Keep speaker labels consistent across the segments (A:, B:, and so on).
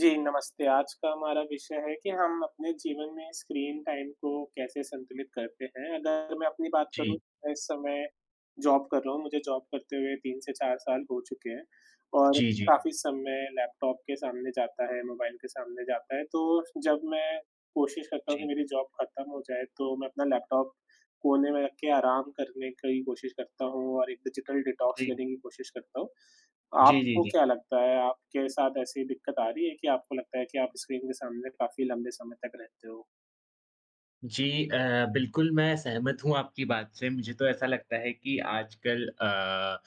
A: जी, नमस्ते। आज का हमारा विषय है कि हम अपने जीवन में स्क्रीन टाइम को कैसे संतुलित करते हैं। अगर मैं अपनी बात करूँ,
B: जी।
A: मैं इस समय जॉब कर रहा हूँ। मुझे जॉब करते हुए 3 से 4 साल हो चुके हैं और
B: जी, जी, जी।
A: काफ़ी समय लैपटॉप के सामने जाता है, मोबाइल के सामने जाता है। तो जब मैं कोशिश करता हूँ कि
B: जी,
A: मेरी जॉब खत्म हो जाए, तो मैं अपना लैपटॉप कोने में रख के आराम करने की कोशिश करता हूँ और एक डिजिटल डिटॉक्स लेने की कोशिश करता हूँ।
B: जी, जी, जी।
A: आपको
B: जी।
A: क्या लगता है, आपके साथ ऐसी दिक्कत आ रही है कि आपको लगता है कि आप स्क्रीन के सामने काफ़ी लंबे समय तक रहते हो?
B: जी। अ, बिल्कुल, मैं सहमत हूँ आपकी बात से। मुझे तो ऐसा लगता है कि आजकल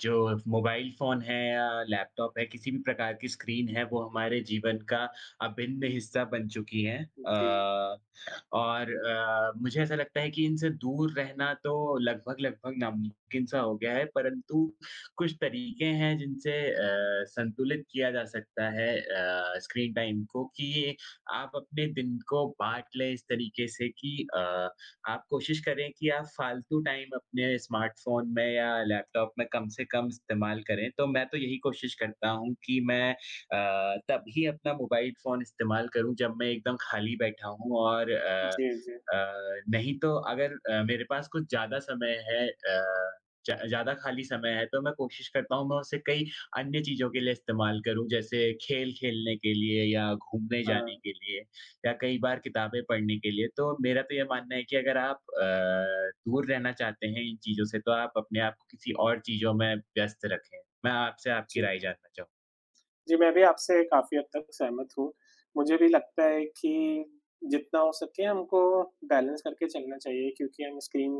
B: जो मोबाइल फ़ोन है या लैपटॉप है, किसी भी प्रकार की स्क्रीन है, वो हमारे जीवन का अभिन्न हिस्सा बन चुकी है।
A: जी।
B: और मुझे ऐसा लगता है कि इनसे दूर रहना तो लगभग-लगभग नामुमकिन सा हो गया है, परंतु कुछ तरीके हैं जिनसे संतुलित किया जा सकता है स्क्रीन टाइम को कि ये आप अपने दिन को बाँट लें इस तरीके से कि आप कोशिश करें कि आप फालतू टाइम अपने स्मार्टफ़ोन में या लैपटॉप में कम से कम इस्तेमाल करें। तो मैं तो यही कोशिश करता हूँ कि मैं तभी अपना मोबाइल फ़ोन इस्तेमाल करूँ जब मैं एकदम खाली बैठा हूँ और
A: जी, जी।
B: अ, नहीं तो अगर मेरे पास कुछ ज़्यादा समय है, अ, ज ज़्यादा खाली समय है तो मैं कोशिश करता हूँ मैं उसे कई अन्य चीज़ों के लिए इस्तेमाल करूँ जैसे खेल खेलने के लिए या घूमने
A: हाँ,
B: जाने के लिए या कई बार किताबें पढ़ने के लिए। तो मेरा तो ये मानना है कि अगर आप दूर रहना चाहते हैं इन चीज़ों से तो आप अपने आप को किसी और चीज़ों में व्यस्त रखें। मैं आपसे आपकी
A: जी।
B: राय जानना चाहूँ?
A: जी, मैं भी आपसे काफ़ी हद तक सहमत हूँ। मुझे भी लगता है कि जितना हो सके हमको बैलेंस करके चलना चाहिए, क्योंकि हम स्क्रीन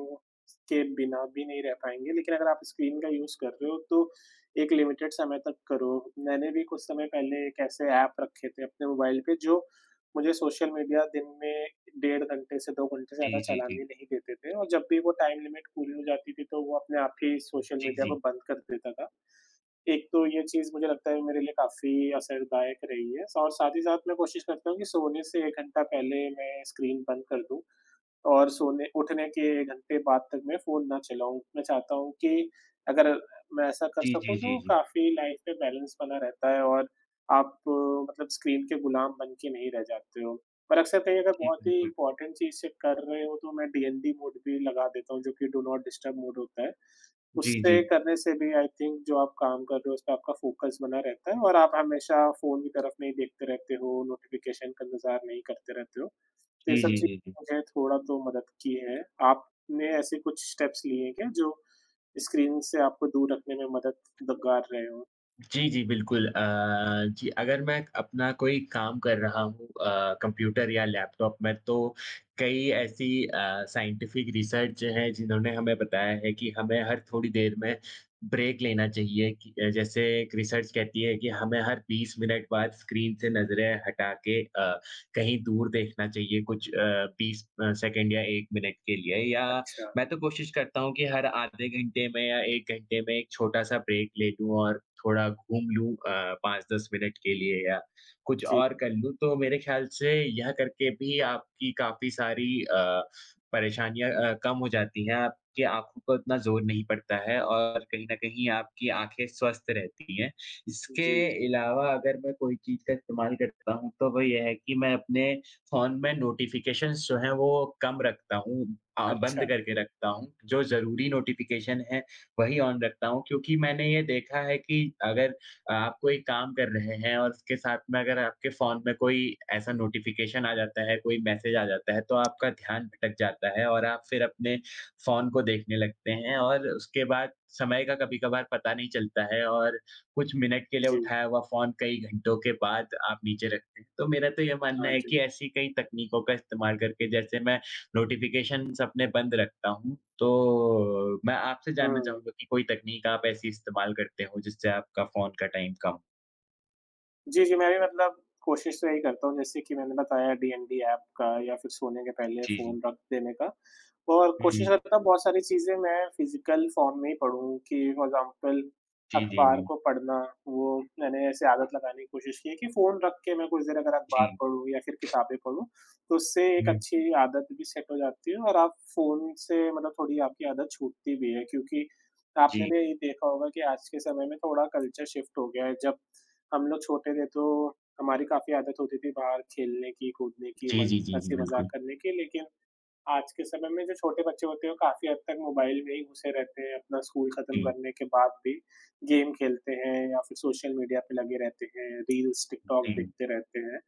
A: के बिना भी नहीं रह पाएँगे। लेकिन अगर आप स्क्रीन का यूज़ कर रहे हो तो एक लिमिटेड समय तक करो। मैंने भी कुछ समय पहले एक ऐसे ऐप रखे थे अपने मोबाइल पे, जो मुझे सोशल मीडिया दिन में 1.5 घंटे से 2 घंटे से ज़्यादा
B: जी, जी, जी।
A: चलाने नहीं देते थे, और जब भी वो टाइम लिमिट पूरी हो जाती थी तो वो अपने आप ही सोशल
B: जी,
A: मीडिया को
B: जी।
A: बंद कर देता था। एक तो ये चीज़ मुझे लगता है मेरे लिए काफ़ी असरदायक रही है, और साथ ही साथ मैं कोशिश करता हूँ कि सोने से 1 घंटा पहले मैं स्क्रीन बंद कर दूँ। और सोने उठने के 1 घंटे बाद तक मैं फ़ोन ना चलाऊँ। मैं चाहता हूँ कि अगर मैं ऐसा कर
B: जी, जी,
A: सकूँ
B: जी,
A: तो
B: जी।
A: काफ़ी लाइफ़ में बैलेंस बना रहता है, और आप मतलब स्क्रीन के गुलाम बन के नहीं रह जाते हो। पर अक्सर कहीं अगर
B: जी,
A: बहुत ही
B: बिल्कुल।
A: इम्पोर्टेंट चीज़ से कर रहे हो तो मैं डीएनडी मोड भी लगा देता हूँ, जो कि डू नॉट डिस्टर्ब मोड होता है।
B: जी, जी।
A: उससे करने से भी आई थिंक जो आप काम कर रहे हो उसपे आपका फ़ोकस बना रहता है, और आप हमेशा फ़ोन की तरफ नहीं देखते रहते हो, नोटिफ़िकेशन का इंतज़ार नहीं करते रहते हो। तो ये
B: जी,
A: सब
B: जी, जी, जी।
A: चीज़ें मुझे थोड़ा तो मदद की है। आपने ऐसे कुछ स्टेप्स लिए हैं क्या, जो स्क्रीन से आपको दूर रखने में मददगार रहे हों?
B: जी, जी, बिल्कुल। जी, अगर मैं अपना कोई काम कर रहा हूँ कंप्यूटर या लैपटॉप में, तो कई ऐसी साइंटिफिक रिसर्च है, जिन्होंने हमें बताया है कि हमें हर थोड़ी देर में ब्रेक लेना चाहिए कि जैसे एक रिसर्च कहती है कि हमें हर 20 मिनट बाद स्क्रीन से नज़रें हटा के कहीं दूर देखना चाहिए कुछ 20 सेकंड या 1 मिनट के लिए, या
A: अच्छा।
B: मैं तो कोशिश करता हूँ कि हर आधे घंटे में या 1 घंटे में एक छोटा-सा ब्रेक ले लूँ और थोड़ा घूम लूँ 5-10 मिनट के लिए या कुछ
A: जी,
B: और कर लूँ, तो मेरे ख़्याल से यह करके भी आपकी काफ़ी सारी परेशानियाँ कम हो जाती हैं। आपकी आँखों पर उतना ज़ोर नहीं पड़ता है और कहीं न कहीं आपकी आँखें स्वस्थ रहती हैं। इसके
A: जी, जी।
B: अलावा अगर मैं कोई चीज़ का इस्तेमाल करता हूँ, तो वो ये है कि मैं अपने फ़ोन में नोटिफ़िकेशंस जो हैं, वो कम रखता हूँ, बंद
A: अच्छा,
B: करके रखता हूँ। जो ज़रूरी नोटिफ़िकेशन हैं, वही ऑन रखता हूँ क्योंकि मैंने ये देखा है कि अगर आप कोई काम कर रहे हैं और उसके साथ में अगर आपके फ़ोन में कोई ऐसा नोटिफ़िकेशन आ जाता है, कोई मैसेज आ जाता है, तो आपका ध्यान भटक जाता है और आप फिर अपने फ़ोन को देखने लगते हैं और उसके बाद समय का कभी-कभार पता नहीं चलता है और कुछ मिनट के लिए
A: जी।
B: उठाया हुआ फ़ोन कई घंटों के बाद आप नीचे रखते हैं। तो मेरा तो ये मानना
A: हाँ
B: है
A: जी।
B: कि ऐसी कई तकनीकों का इस्तेमाल करके जैसे मैं नोटिफ़िकेशंस अपने बंद रखता हूँ, तो मैं आपसे जानना
A: हुँ।
B: चाहूँगा कि कोई तकनीक आप ऐसी इस्तेमाल करते हो जिससे आपका फ़ोन का टाइम कम हो?
A: जी, जी, मैं भी मतलब कोशिश तो यही करता हूँ, जैसे कि मैंने बताया डीएनडी ऐप का या फिर सोने के पहले
B: जी, जी।
A: फ़ोन रख देने का। और
B: हुँ,
A: कोशिश
B: हुँ।
A: करता हूँ बहुत सारी चीज़ें मैं फ़िज़िकल फ़ॉर्म में ही पढूँ कि फॉर एग्ज़ाम्पल
B: जी, जी,
A: अखबार
B: जी।
A: को पढ़ना, वो मैंने ऐसे आदत लगाने की कोशिश की है कि फ़ोन रख के मैं कुछ देर अगर अखबार
B: जी।
A: पढूँ या फिर किताबें पढूँ, तो उससे एक
B: हुँ,
A: अच्छी आदत भी सेट हो जाती है और आप फ़ोन से मतलब थोड़ी आपकी आदत छूटती भी है, क्योंकि आपने
B: जी।
A: भी देखा होगा कि आज के समय में थोड़ा कल्चर शिफ्ट हो गया है। जब हम लोग छोटे थे तो हमारी काफ़ी आदत होती थी बाहर खेलने की, कूदने की,
B: जी,
A: मन
B: जी, जी, जी,
A: हँसी मज़ाक
B: बिल्कुल।
A: करने की, लेकिन आज के समय में जो छोटे बच्चे होते हैं, वो काफ़ी हद तक मोबाइल में ही घुसे रहते हैं, अपना स्कूल खत्म
B: जी,
A: करने के बाद भी गेम खेलते हैं या फिर सोशल मीडिया पे लगे रहते हैं, रील्स, टिकटॉक
B: जी।
A: देखते रहते हैं।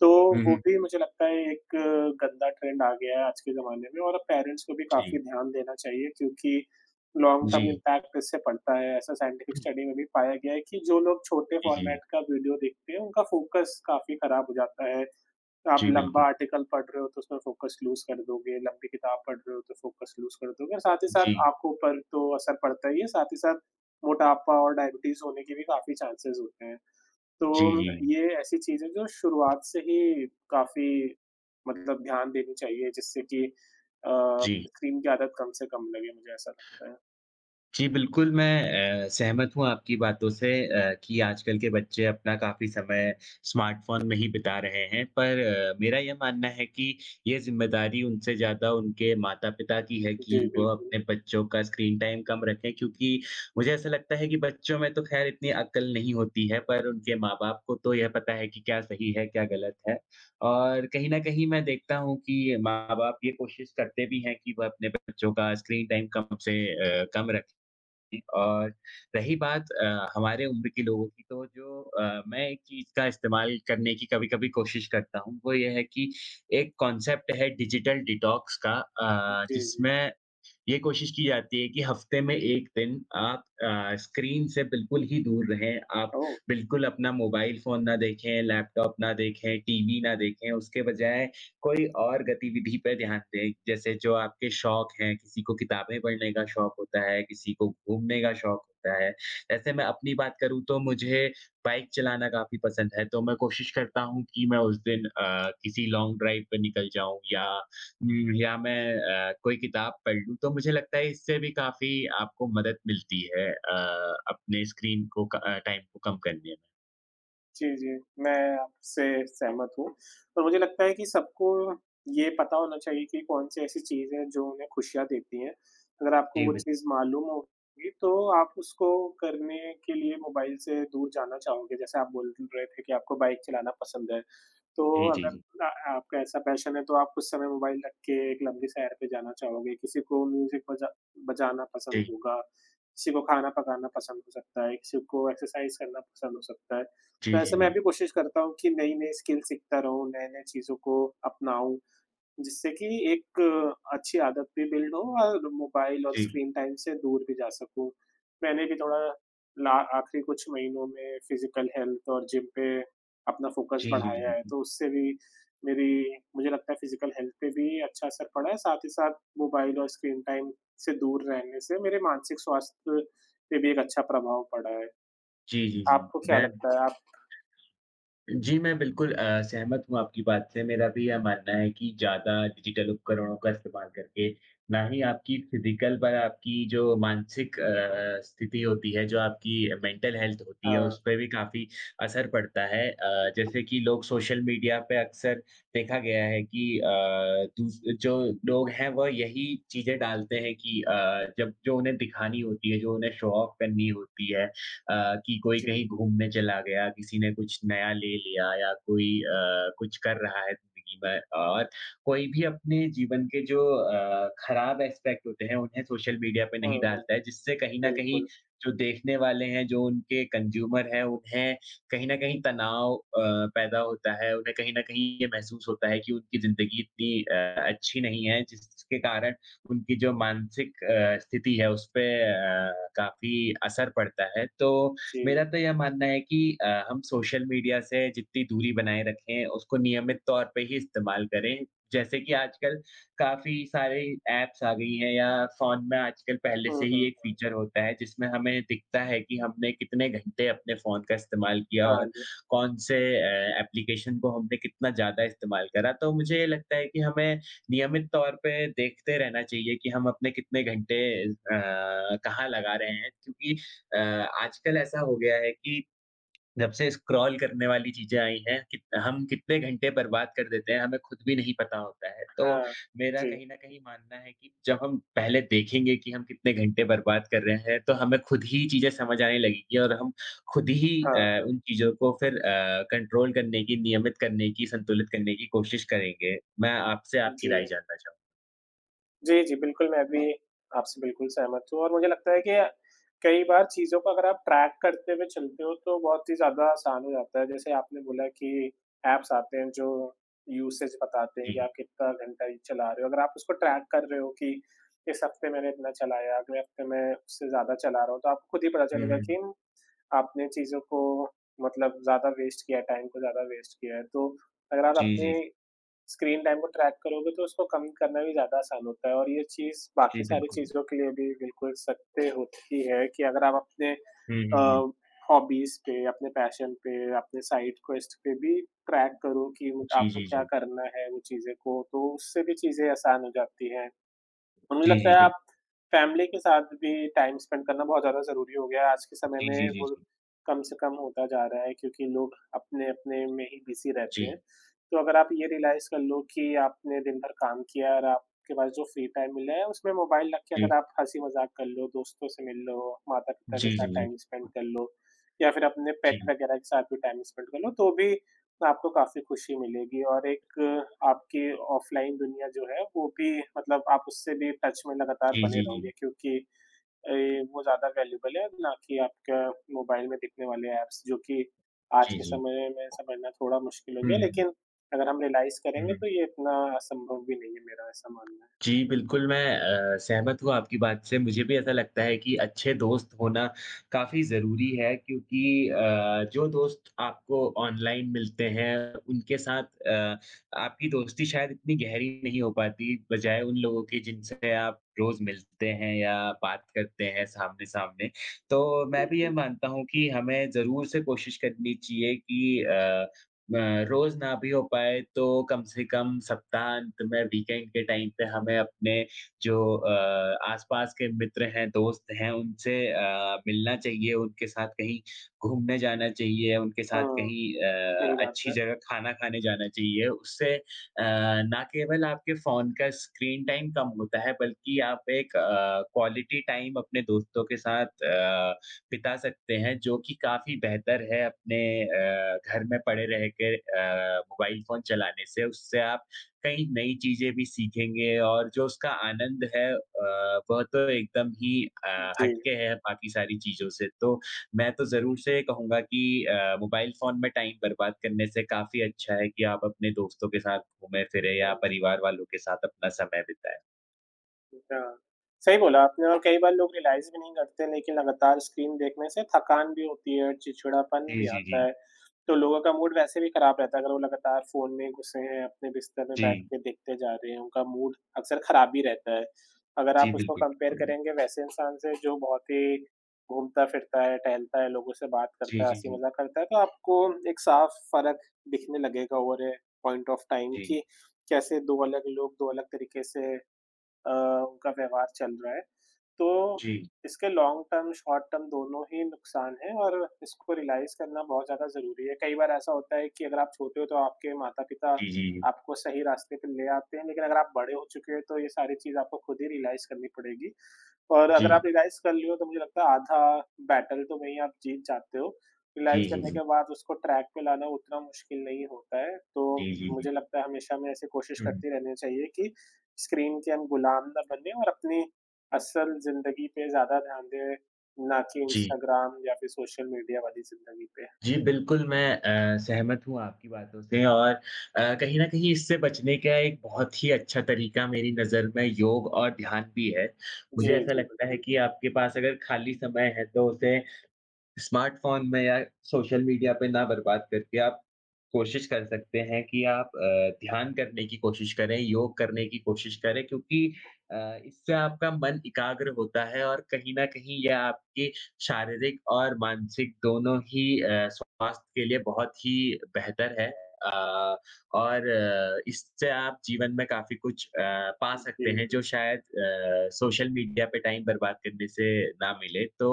A: तो
B: हुँ,
A: वो
B: हुँ।
A: भी मुझे लगता है एक गंदा ट्रेंड आ गया है आज के ज़माने में, और अब पेरेंट्स को भी काफ़ी
B: जी,
A: ध्यान देना चाहिए, क्योंकि लॉन्ग
B: जी।
A: टर्म इम्पैक्ट इससे पड़ता है। ऐसा साइंटिफिक स्टडी में भी पाया गया है कि जो लोग छोटे
B: जी,
A: फॉर्मेट
B: जी।
A: का वीडियो देखते हैं, उनका फ़ोकस काफ़ी खराब हो जाता है। आप
B: जी,
A: लंबा
B: बिल्कुल।
A: आर्टिकल पढ़ रहे हो तो उसमें फ़ोकस लूज़ कर दोगे, लंबी किताब पढ़ रहे हो तो फ़ोकस लूज़ कर दोगे, और साथ ही साथ
B: जी।
A: आँखों पर तो असर पड़ता ही है, साथ ही साथ मोटापा और डायबिटीज़ होने के भी काफ़ी चांसेज़ होते हैं।
B: जी,
A: तो
B: जी,
A: ये ऐसी चीज़ है जो शुरुआत से ही काफ़ी मतलब ध्यान देनी चाहिए, जिससे कि
B: जी।
A: स्क्रीन की आदत कम से कम लगे, मुझे ऐसा लगता है।
B: जी, बिल्कुल, मैं सहमत हूँ आपकी बातों से कि आजकल के बच्चे अपना काफ़ी समय स्मार्टफ़ोन में ही बिता रहे हैं। पर मेरा ये मानना है कि ये ज़िम्मेदारी उनसे ज़्यादा उनके माता-पिता की है कि
A: जी,
B: वो
A: बिल्कुल।
B: अपने बच्चों का स्क्रीन टाइम कम रखें क्योंकि मुझे ऐसा लगता है कि बच्चों में तो ख़ैर इतनी अक्ल नहीं होती है, पर उनके माँ-बाप को तो यह पता है कि क्या सही है, क्या गलत है। और कहीं न कहीं मैं देखता हूँ कि माँ-बाप ये कोशिश करते भी हैं कि वह अपने बच्चों का स्क्रीन टाइम कम से कम रखें। और रही बात हमारे उम्र के लोगों की, तो जो मैं एक चीज़ का इस्तेमाल करने की कभी-कभी कोशिश करता हूँ, वो ये है कि एक कॉन्सेप्ट है डिजिटल डिटॉक्स का,
A: जी, जी।
B: जिसमें ये कोशिश की जाती है कि हफ्ते में 1 दिन आप स्क्रीन से बिल्कुल ही दूर रहें। आप
A: ओह!
B: बिल्कुल अपना मोबाइल फ़ोन ना देखें, लैपटॉप ना देखें, टीवी ना देखें, उसके बजाय कोई और गतिविधि पे ध्यान दें। जैसे जो आपके शौक हैं, किसी को किताबें पढ़ने का शौक होता है, किसी को घूमने का शौक होता है। ऐसे मैं अपनी बात करूँ तो मुझे बाइक चलाना काफ़ी पसंद है, तो मैं कोशिश करता हूँ कि मैं उस दिन किसी लॉन्ग ड्राइव पे निकल जाऊँ या मैं कोई किताब पढ़ लूँ, तो मुझे लगता है इससे भी काफ़ी आपको मदद मिलती है अपने स्क्रीन को टाइम को कम करने में।
A: जी, जी। मैं आपसे सहमत हूँ और मुझे लगता है कि सबको ये पता होना चाहिए कि कौन-सी ऐसी चीज़ है जो उन्हें खुशियाँ देती हैं। अगर आपको
B: जी,
A: वो
B: बिल
A: चीज़ मालूम होगी तो आप उसको करने के लिए मोबाइल से दूर जाना चाहोगे। जैसे आप बोल रहे थे कि आपको बाइक चलाना पसंद है। तो
B: जी, जी, जी।
A: अगर आ आपका ऐसा पैशन है तो आप कुछ समय मोबाइल रख के एक लंबी सैर पे जाना चाहोगे, किसी को म्यूज़िक बजाना पसंद
B: जी,
A: होगा, किसी को खाना पकाना पसंद हो सकता है, किसी को एक्सरसाइज़ करना पसंद हो सकता है। तो
B: जी, जी,
A: ऐसे मैं
B: जी।
A: भी कोशिश करता हूँ कि नई-नई स्किल सीखता रहूँ, नए-नए चीज़ों को अपनाऊँ। जिससे कि एक अच्छी आदत भी बिल्ड हो और मोबाइल और
B: जी,
A: स्क्रीन टाइम से दूर भी जा सकूँ। मैंने भी थोड़ा ला आखिरी कुछ महीनों में फिज़िकल हेल्थ और जिम पे अपना फ़ोकस
B: जी, जी,
A: बढ़ाया है,
B: जी।
A: तो उससे भी मेरी मुझे लगता है फिज़िकल हेल्थ पे भी अच्छा असर पड़ा है, साथ ही साथ मोबाइल और स्क्रीन टाइम से दूर रहने से मेरे मानसिक स्वास्थ्य पे भी एक अच्छा प्रभाव पड़ा है।
B: जी, जी, जी।
A: आपको क्या
B: मैं
A: लगता है? अच्छा। आप
B: जी, मैं बिल्कुल सहमत हूँ आपकी बात से। मेरा भी यह मानना है कि ज़्यादा डिजिटल उपकरणों का इस्तेमाल करके ना ही आपकी फ़िज़िकल पर, आपकी जो मानसिक स्थिति होती है, जो आपकी मेंटल हेल्थ होती है,
A: हाँ,
B: उस पे भी काफ़ी असर पड़ता है। जैसे कि लोग सोशल मीडिया पे अक्सर देखा गया है कि अ, दूस जो लोग हैं, वह यही चीज़ें डालते हैं कि जब जो उन्हें दिखानी होती है, जो उन्हें शो ऑफ करनी होती है, अ, कि कोई
A: जी।
B: कहीं घूमने चला गया, किसी ने कुछ नया ले लिया या कोई कुछ कर रहा है ज़िंदगी में, और कोई भी अपने जीवन के जो खराब एस्पेक्ट होते हैं, उन्हें सोशल मीडिया पे
A: हुँ,
B: नहीं
A: हुँ,
B: डालता है, जिससे कहीं न कहीं
A: बिल्कुल।
B: जो देखने वाले हैं, जो उनके कंज़्यूमर हैं, उन्हें कहीं न कहीं तनाव पैदा होता है। उन्हें कहीं न कहीं ये महसूस होता है कि उनकी ज़िंदगी इतनी अच्छी नहीं है, जिसके कारण उनकी जो मानसिक स्थिति है उसपे काफ़ी असर पड़ता है। तो
A: जी।
B: मेरा तो यह मानना है कि हम सोशल मीडिया से जितनी दूरी बनाए रखें, उसको नियमित तौर पे ही इस्तेमाल करें। जैसे कि आजकल काफ़ी सारे ऐप्स आ गई हैं, या फ़ोन में आजकल पहले
A: हुँ,
B: से ही
A: हुँ।
B: एक फ़ीचर होता है जिसमें हमें दिखता है कि हमने कितने घंटे अपने फ़ोन का इस्तेमाल किया
A: हाँ
B: और
A: जी,
B: कौन से एप्लीकेशन को हमने कितना ज़्यादा इस्तेमाल करा। तो मुझे ये लगता है कि हमें नियमित तौर पे देखते रहना चाहिए कि हम अपने कितने घंटे कहाँ लगा रहे हैं क्योंकि अ, आजकल ऐसा हो गया है कि जब से स्क्रॉल करने वाली चीज़ें आई हैं, कित हम कितने घंटे बर्बाद कर देते हैं, हमें खुद भी नहीं पता होता है। तो
A: हाँ,
B: मेरा
A: जी।
B: कहीं न कहीं मानना है कि जब हम पहले देखेंगे कि हम कितने घंटे बर्बाद कर रहे हैं, तो हमें खुद ही चीज़ें समझ आने लगेंगी और हम खुद ही
A: हाँ, हाँ।
B: उन चीज़ों को फिर कंट्रोल करने की, नियमित करने की, संतुलित करने की कोशिश करेंगे। मैं आपसे आपकी
A: जी।
B: राय जानना चाहूँगा।
A: जी, जी, बिल्कुल मैं भी आपसे बिल्कुल सहमत हूँ, और मुझे लगता है कि कई बार चीज़ों को अगर आप ट्रैक करते हुए चलते हो तो बहुत ही ज़्यादा आसान हो जाता है। जैसे आपने बोला कि ऐप्स आते हैं जो यूसेज बताते हैं कि
B: जी।
A: आप कितना घंटा ये चला रहे हो। अगर आप उसको ट्रैक कर रहे हो कि इस हफ्ते मैंने इतना चलाया, अगले हफ्ते मैं उससे ज़्यादा चला रहा हूँ, तो आपको खुद ही पता
B: हुँ,
A: चलेगा कि
B: हुँ।
A: आपने चीज़ों को मतलब ज़्यादा वेस्ट किया है, टाइम को ज़्यादा वेस्ट किया है। तो अगर आप
B: जी,
A: अपने
B: जी।
A: स्क्रीन टाइम को ट्रैक करोगे तो उसको कम करना भी ज़्यादा आसान होता है, और ये चीज़
B: जी,
A: बाकी सारी
B: बिल्कुल।
A: चीज़ों के लिए भी बिल्कुल सत्य होती है कि अगर आप अपने
B: हुँ,
A: अ,
B: हुँ, हुँ।
A: हॉबीज़ पे, अपने पैशन पे, अपने साइड क्वेस्ट पे भी ट्रैक करो कि
B: जी,
A: आपको
B: जी,
A: क्या
B: जी।
A: करना है वो चीज़ें को, तो उससे भी चीज़ें आसान हो जाती हैं। और मुझे
B: जी,
A: लगता
B: जी,
A: है
B: बिल्कुल।
A: आप फैमिली के साथ भी टाइम स्पेंड करना बहुत ज़्यादा ज़रूरी हो गया है। आज के समय
B: जी,
A: में
B: जी, जी,
A: वो
B: जी।
A: कम से कम होता जा रहा है, क्योंकि लोग अपने-अपने में ही बिज़ी रहते हैं।
B: जी,
A: तो अगर आप ये रियलाइज़ कर लो कि आपने दिन भर काम किया है और आपके पास जो फ्री टाइम मिला है, उसमें मोबाइल रख के अगर
B: जी।
A: आप हँसी-मज़ाक कर लो, दोस्तों से मिल लो, माता-पिता के
B: जी,
A: साथ
B: जी, जी।
A: टाइम स्पेंड कर लो या फिर अपने पेट
B: जी।
A: वगैरह के साथ भी टाइम स्पेंड कर लो, तो भी तो आपको काफ़ी खुशी मिलेगी, और एक आपकी ऑफ़लाइन दुनिया जो है वो भी मतलब आप उससे भी टच में लगातार
B: जी,
A: बने
B: जी,
A: रहोगे,
B: जी।
A: क्योंकि वो ज़्यादा वैल्यूएबल है, ना कि आपका मोबाइल में दिखने वाले ऐप्स, जो कि आज
B: जी,
A: के
B: जी।
A: समय में समझना थोड़ा मुश्किल हो
B: हुँ,
A: गया,
B: हुँ, हुँ।
A: लेकिन अगर हम रियलाइज़
B: हुँ,
A: करेंगे
B: हुँ।
A: तो ये इतना असंभव भी नहीं है, मेरा ऐसा मानना है।
B: जी, बिल्कुल मैं सहमत हूँ आपकी बात से। मुझे भी ऐसा लगता है कि अच्छे दोस्त होना काफ़ी ज़रूरी है क्योंकि जो दोस्त आपको ऑनलाइन मिलते हैं, उनके साथ आपकी दोस्ती शायद इतनी गहरी नहीं हो पाती, बजाय उन लोगों के जिनसे आप रोज़ मिलते हैं या बात करते हैं सामने-सामने। तो मैं भी ये
A: बिल्कुल।
B: मानता हूँ कि हमें ज़रूर से कोशिश करनी चाहिए कि अ, रोज़ ना भी हो पाए तो कम से कम सप्ताहांत में वीकेंड के टाइम पे हमें अपने जो आस-पास के मित्र हैं, दोस्त हैं उनसे मिलना चाहिए, उनके साथ कहीं घूमने जाना चाहिए, उनके साथ
A: हाँ,
B: कहीं
A: सही बात
B: अच्छी
A: है।
B: जगह खाना खाने जाना चाहिए। उससे ना केवल आपके फ़ोन का स्क्रीन टाइम कम होता है बल्कि आप एक क्वालिटी टाइम अपने दोस्तों के साथ अ बिता सकते हैं, जो कि काफ़ी बेहतर है अपने घर में पड़े रह के मोबाइल फ़ोन चलाने से। उससे आप कई नई चीज़ें भी सीखेंगे और जो उसका आनंद है, वह तो एकदम ही
A: जी।
B: हट के है बाकी सारी चीज़ों से। तो मैं तो ज़रूर से कहूँगा कि मोबाइल फ़ोन में टाइम बर्बाद करने से काफ़ी अच्छा है कि आप अपने दोस्तों के साथ घूमें-फिरें या
A: हाँ।
B: परिवार वालों के साथ अपना समय बिताएँ।
A: हाँ, सही बोला आपने, और कई बार लोग रियलाइज़ भी नहीं करते, लेकिन लगातार स्क्रीन देखने से थकान भी होती है और चिड़चिड़ापन
B: जी,
A: भी
B: जी,
A: आता
B: जी।
A: है। तो लोगों का मूड वैसे भी खराब रहता है, अगर वो लगातार फ़ोन में घुसे हैं, अपने बिस्तर में बैठ
B: जी।
A: के देखते जा रहे हैं, उनका मूड अक्सर खराब ही रहता है। अगर आप
B: जी,
A: उसको
B: बिल्कुल,
A: कंपेयर
B: बिल्कुल।
A: करेंगे वैसे इंसान से जो बहुत ही घूमता-फिरता है, टहलता है, लोगों से बात करता
B: जी,
A: है,
B: जी, जी।
A: हँसी-मज़ाक करता है, तो आपको एक साफ फ़र्क दिखने लगेगा over a point of time
B: जी,
A: कि कैसे 2 अलग लोग 2 अलग तरीके से, अ, उनका व्यवहार चल रहा है। तो
B: जी।
A: इसके लॉन्ग टर्म, शॉर्ट टर्म दोनों ही नुकसान हैं और इसको रियलाइज़ करना बहुत ज़्यादा ज़रूरी है। कई बार ऐसा होता है कि अगर आप छोटे हो तो आपके माता-पिता
B: जी, जी।
A: आपको सही रास्ते पे ले आते हैं, लेकिन अगर आप बड़े हो चुके हो तो ये सारी चीज़ आपको खुद ही रियलाइज़ करनी पड़ेगी। और अगर आप
B: जी,
A: रियलाइज़ कर लियो तो मुझे लगता है आधा बैटल तो वहीं आप जीत जाते हो। रियलाइज़
B: जी, जी,
A: करने
B: जी।
A: के बाद उसको ट्रैक पे लाना उतना मुश्किल नहीं होता है। तो
B: जी, जी, जी।
A: मुझे लगता है हमेशा हमें ऐसे कोशिश
B: हुँ।
A: करते रहनी चाहिए कि स्क्रीन के हम गुलाम ना बने और अपनी असल ज़िंदगी पे ज़्यादा ध्यान दें, ना कि
B: जी।
A: इंस्टाग्राम या फिर सोशल मीडिया वाली ज़िंदगी पे।
B: जी, बिल्कुल मैं सहमत हूँ आपकी बातों से और कहीं न कहीं इससे बचने का एक बहुत ही अच्छा तरीका मेरी नज़र में योग और ध्यान भी है।
A: जी,
B: मुझे ऐसा
A: जी,
B: लगता है
A: बिल्कुल।
B: कि आपके पास अगर खाली समय है तो उसे स्मार्टफ़ोन में या सोशल मीडिया पे ना बर्बाद करके आप कोशिश कर सकते हैं कि आप ध्यान करने की कोशिश करें, योग करने की कोशिश करें क्योंकि अ, इससे आपका मन एकाग्र होता है और कहीं न कहीं यह आपके शारीरिक और मानसिक दोनों ही स्वास्थ्य के लिए बहुत ही बेहतर है। और इससे आप जीवन में काफ़ी कुछ पा
A: जी,
B: सकते हैं
A: जी।
B: जो शायद सोशल मीडिया पे टाइम बर्बाद करने से ना मिले। तो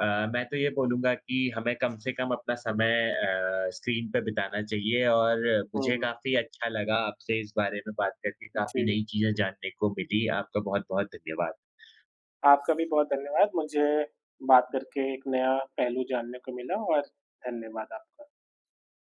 B: अ, मैं तो ये बोलूँगा कि हमें कम से कम अपना समय स्क्रीन पे बिताना चाहिए और मुझे
A: हुँ,
B: काफ़ी अच्छा लगा आपसे इस बारे में बात करके, काफ़ी
A: जी।
B: नई चीज़ें जानने को मिली। आपका बहुत-बहुत धन्यवाद।
A: आपका भी बहुत धन्यवाद। मुझे बात करके एक नया पहलू जानने को मिला, और धन्यवाद आपका।